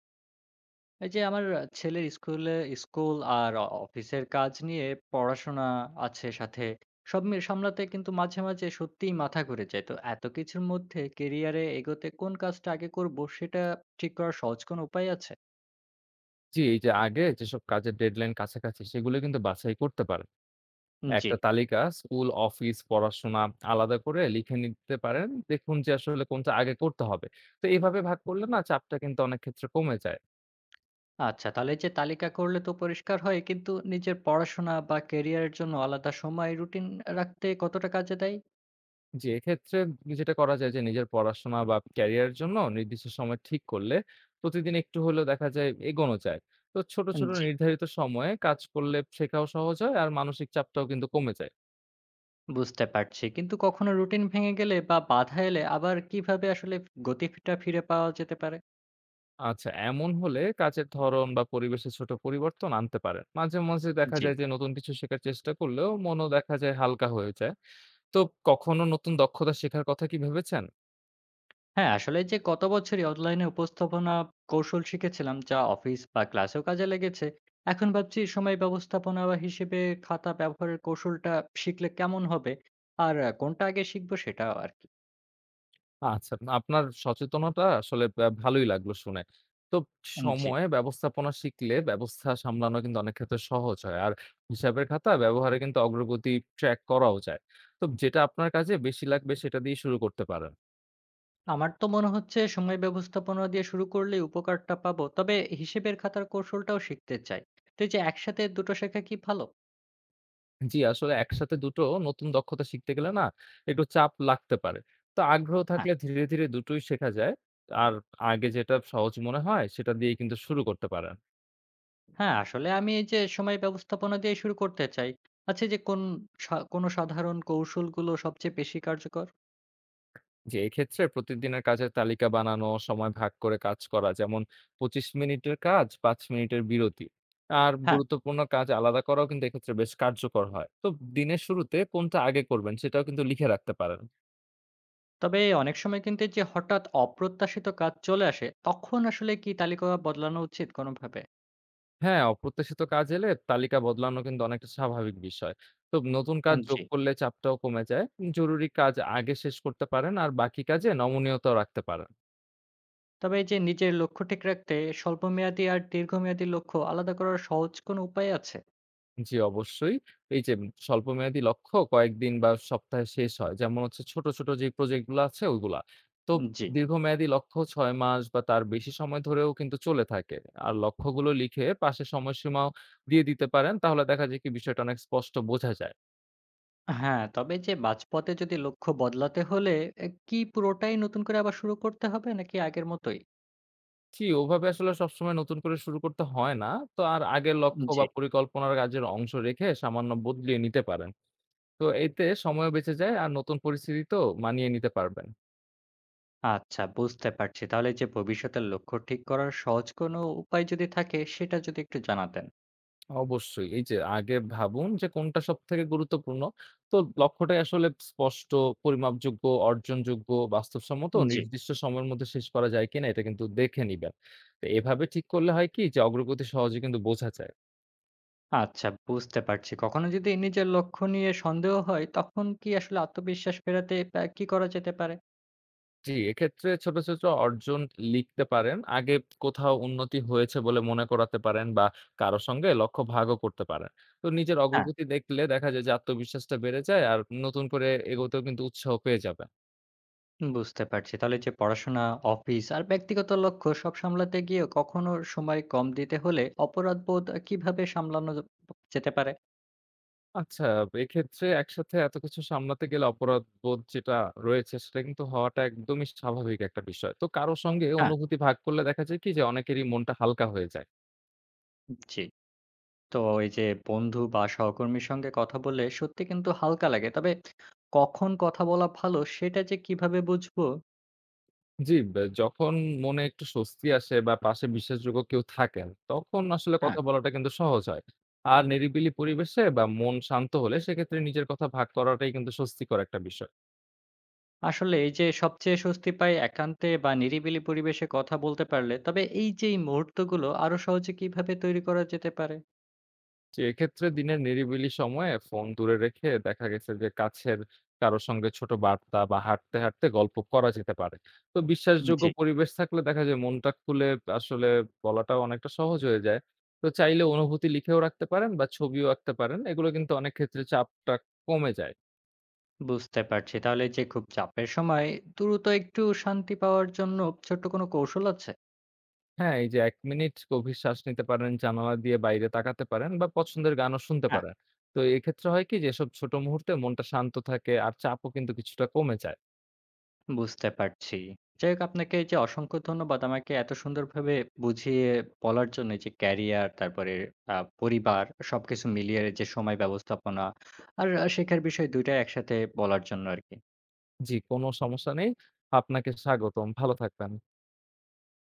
এই যে আমার ছেলের স্কুলে স্কুল আর অফিসের কাজ নিয়ে পড়াশোনা আছে সাথে। সব মিল সামলাতে কিন্তু মাঝে মাঝে সত্যিই মাথা ঘুরে যায়। তো এত কিছুর মধ্যে ক্যারিয়ারে এগোতে কোন কাজটা আগে করব সেটা ঠিক করার সহজ কোনো উপায় আছে? জি, এই যে আগে যেসব কাজের ডেডলাইন কাছাকাছি সেগুলো কিন্তু বাছাই করতে পারেন। জি। একটা তালিকা স্কুল, অফিস, পড়াশোনা আলাদা করে লিখে নিতে পারেন। দেখুন যে আসলে কোনটা আগে করতে হবে। তো এভাবে ভাগ করলে না চাপটা কিন্তু অনেক ক্ষেত্রে কমে যায়। আচ্ছা, তাহলে এই যে তালিকা করলে তো পরিষ্কার হয়, কিন্তু নিজের পড়াশোনা বা ক্যারিয়ারের জন্য আলাদা সময় রুটিন রাখতে কতটা কাজে দেয়? জি, এক্ষেত্রে যেটা করা যায় যে নিজের পড়াশোনা বা ক্যারিয়ারের জন্য নির্দিষ্ট সময় ঠিক করলে প্রতিদিন একটু হলেও দেখা যায় এগোনো যায়। তো ছোট, ছোট জি, নির্ধারিত সময়ে কাজ করলে শেখাও সহজ হয় আর মানসিক চাপটাও কিন্তু কমে যায়। বুঝতে পারছি। কিন্তু কখনো রুটিন ভেঙে গেলে বা বাধা এলে আবার কিভাবে আসলে গতিটা ফিরে পাওয়া যেতে পারে? আচ্ছা, এমন হলে কাজের ধরন বা পরিবেশে ছোট পরিবর্তন আনতে পারেন। মাঝে, মাঝে দেখা জি। যায় যে নতুন কিছু শেখার চেষ্টা করলেও মনও দেখা যায় হালকা হয়ে যায়। তো কখনো নতুন দক্ষতা শেখার কথা কি ভেবেছেন? হ্যাঁ, আসলে যে গত বছরই অনলাইনে উপস্থাপনা কৌশল শিখেছিলাম, যা অফিস বা ক্লাসেও কাজে লেগেছে। এখন ভাবছি সময় ব্যবস্থাপনা বা হিসেবে খাতা ব্যবহারের কৌশলটা শিখলে কেমন হবে? আর কোনটা আগে শিখবো সেটাও আরকি। আচ্ছা, আপনার সচেতনতা আসলে ভালোই লাগলো শুনে। তো জি। সময় ব্যবস্থাপনা শিখলে ব্যবস্থা সামলানো কিন্তু অনেক ক্ষেত্রে সহজ হয়। আর হিসাবের খাতা ব্যবহারে কিন্তু অগ্রগতি ট্র্যাক করাও যায়। তো যেটা আপনার কাজে বেশি লাগবে সেটা দিয়ে শুরু করতে পারেন। আমার তো মনে হচ্ছে সময় ব্যবস্থাপনা দিয়ে শুরু করলেই উপকারটা পাবো। তবে হিসেবের খাতার কৌশলটাও শিখতে চাই। তো এই যে একসাথে দুটো শেখা কি ভালো? জি, আসলে একসাথে দুটো নতুন দক্ষতা শিখতে গেলে না একটু চাপ লাগতে পারে। তো আগ্রহ হ্যাঁ। থাকলে ধীরে, ধীরে দুটোই শেখা যায়। আর আগে যেটা সহজ মনে হয় সেটা দিয়ে কিন্তু শুরু করতে পারেন। হ্যাঁ, আসলে আমি এই যে সময় ব্যবস্থাপনা দিয়ে শুরু করতে চাই। আচ্ছা, যে কোন কোন সাধারণ কৌশলগুলো সবচেয়ে বেশি কার্যকর? যে এক্ষেত্রে প্রতিদিনের কাজের তালিকা বানানো, সময় ভাগ করে কাজ করা যেমন ২৫ মিনিটের কাজ ৫ মিনিটের বিরতি। আর হ্যাঁ, গুরুত্বপূর্ণ কাজ আলাদা করাও কিন্তু এক্ষেত্রে বেশ কার্যকর হয়। তো দিনের শুরুতে কোনটা আগে করবেন সেটাও কিন্তু লিখে রাখতে পারেন। তবে অনেক সময় কিন্তু এই যে হঠাৎ অপ্রত্যাশিত কাজ চলে আসে, তখন আসলে কি তালিকা বদলানো উচিত কোনোভাবে? হ্যাঁ, অপ্রত্যাশিত কাজ এলে তালিকা বদলানো কিন্তু অনেকটা স্বাভাবিক বিষয়। তো নতুন কাজ যোগ জি। করলে চাপটাও কমে যায়। জরুরি কাজ আগে শেষ করতে পারেন আর বাকি কাজে নমনীয়তাও রাখতে পারেন। তবে এই যে নিজের লক্ষ্য ঠিক রাখতে স্বল্পমেয়াদী আর দীর্ঘমেয়াদী লক্ষ্য আলাদা করার সহজ কোনো উপায় আছে? জি, অবশ্যই। এই যে স্বল্পমেয়াদী লক্ষ্য কয়েকদিন বা সপ্তাহে শেষ হয়। যেমন হচ্ছে ছোট, ছোট যে প্রজেক্ট গুলো আছে ওইগুলা। তো জি। দীর্ঘমেয়াদী লক্ষ্য ৬ মাস বা তার বেশি সময় ধরেও কিন্তু চলে থাকে। আর লক্ষ্যগুলো লিখে পাশে সময়সীমাও দিয়ে দিতে পারেন। তাহলে দেখা যায় কি বিষয়টা অনেক স্পষ্ট বোঝা যায়। হ্যাঁ, তবে যে মাঝপথে যদি লক্ষ্য বদলাতে হলে এ কি পুরোটাই নতুন করে আবার শুরু করতে হবে নাকি আগের মতোই? জি, ওভাবে আসলে সবসময় নতুন করে শুরু করতে হয় না। তো আর আগের লক্ষ্য জি। বা পরিকল্পনার কাজের অংশ রেখে সামান্য বদলিয়ে নিতে পারেন। তো এতে সময়ও বেঁচে যায় আর নতুন পরিস্থিতিতেও মানিয়ে নিতে পারবেন। আচ্ছা, বুঝতে পারছি। তাহলে যে ভবিষ্যতের লক্ষ্য ঠিক করার সহজ কোনো উপায় যদি থাকে সেটা যদি একটু জানাতেন। অবশ্যই এই যে আগে ভাবুন যে কোনটা সবথেকে গুরুত্বপূর্ণ। তো লক্ষ্যটাই আসলে স্পষ্ট, পরিমাপযোগ্য, অর্জনযোগ্য, বাস্তবসম্মত ও জি। নির্দিষ্ট সময়ের মধ্যে শেষ করা যায় কিনা এটা কিন্তু দেখে নিবেন। তো এভাবে ঠিক করলে হয় কি যে অগ্রগতি সহজে কিন্তু বোঝা যায়। আচ্ছা, বুঝতে পারছি। কখনো যদি নিজের লক্ষ্য নিয়ে সন্দেহ হয় তখন কি আসলে আত্মবিশ্বাস ফেরাতে কি করা যেতে পারে? জি, এক্ষেত্রে ছোট, ছোট অর্জন লিখতে পারেন। আগে কোথাও উন্নতি হয়েছে বলে মনে করাতে পারেন বা কারো সঙ্গে লক্ষ্য ভাগও করতে পারেন। তো নিজের হ্যাঁ, অগ্রগতি দেখলে দেখা যায় যে আত্মবিশ্বাসটা বেড়ে যায় আর নতুন করে এগোতেও কিন্তু উৎসাহ পেয়ে যাবেন। বুঝতে পারছি। তাহলে যে পড়াশোনা, অফিস আর ব্যক্তিগত লক্ষ্য সব সামলাতে গিয়ে কখনো সময় কম দিতে হলে অপরাধবোধ কিভাবে সামলানো যেতে পারে? আচ্ছা, এক্ষেত্রে একসাথে এত কিছু সামলাতে গেলে অপরাধবোধ যেটা রয়েছে সেটা কিন্তু হওয়াটা একদমই স্বাভাবিক একটা বিষয়। তো কারো সঙ্গে হ্যাঁ, অনুভূতি ভাগ করলে দেখা যায় কি যে অনেকেরই মনটা হালকা হয়ে যায়। জি। তো এই যে বন্ধু বা সহকর্মীর সঙ্গে কথা বললে সত্যি কিন্তু হালকা লাগে। তবে কখন কথা বলা ভালো সেটা যে কিভাবে বুঝবো? জি, যখন মনে একটু স্বস্তি আসে বা পাশে বিশ্বাসযোগ্য কেউ থাকেন, তখন আসলে হ্যাঁ। কথা বলাটা কিন্তু সহজ হয়। আর নিরিবিলি পরিবেশে বা মন শান্ত হলে সেক্ষেত্রে নিজের কথা ভাগ করাটাই কিন্তু স্বস্তিকর একটা বিষয়। আসলে এই যে সবচেয়ে স্বস্তি পাই একান্তে বা নিরিবিলি পরিবেশে কথা বলতে পারলে। তবে এই মুহূর্তগুলো আরো সহজে কিভাবে তৈরি করা যেতে পারে? জি, এক্ষেত্রে দিনের নিরিবিলি সময়ে ফোন দূরে রেখে দেখা গেছে যে কাছের কারো সঙ্গে ছোট বার্তা বা হাঁটতে হাঁটতে গল্প করা যেতে পারে। তো বিশ্বাসযোগ্য জি, পরিবেশ থাকলে দেখা যায় মনটা খুলে আসলে বলাটাও অনেকটা সহজ হয়ে যায়। তো চাইলে অনুভূতি লিখেও রাখতে পারেন বা ছবিও আঁকতে পারেন। এগুলো কিন্তু অনেক ক্ষেত্রে চাপটা কমে যায়। বুঝতে পারছি। তাহলে যে খুব চাপের সময় দ্রুত একটু শান্তি পাওয়ার জন্য ছোট্ট কোনো কৌশল আছে? হ্যাঁ, এই যে ১ মিনিট গভীর শ্বাস নিতে পারেন, জানালা দিয়ে বাইরে তাকাতে পারেন বা পছন্দের গানও শুনতে পারেন। তো এক্ষেত্রে হয় কি যে এসব ছোট মুহূর্তে মনটা শান্ত থাকে আর চাপও কিন্তু কিছুটা কমে যায়। বুঝতে পারছি। যাই হোক, আপনাকে এই যে অসংখ্য ধন্যবাদ আমাকে এত সুন্দরভাবে বুঝিয়ে বলার জন্য, এই যে ক্যারিয়ার, তারপরে পরিবার, সবকিছু মিলিয়ে যে সময় ব্যবস্থাপনা আর শেখার বিষয় দুটো টাই একসাথে বলার জন্য আরকি। জি, কোনো সমস্যা নেই। আপনাকে স্বাগতম। ভালো থাকবেন।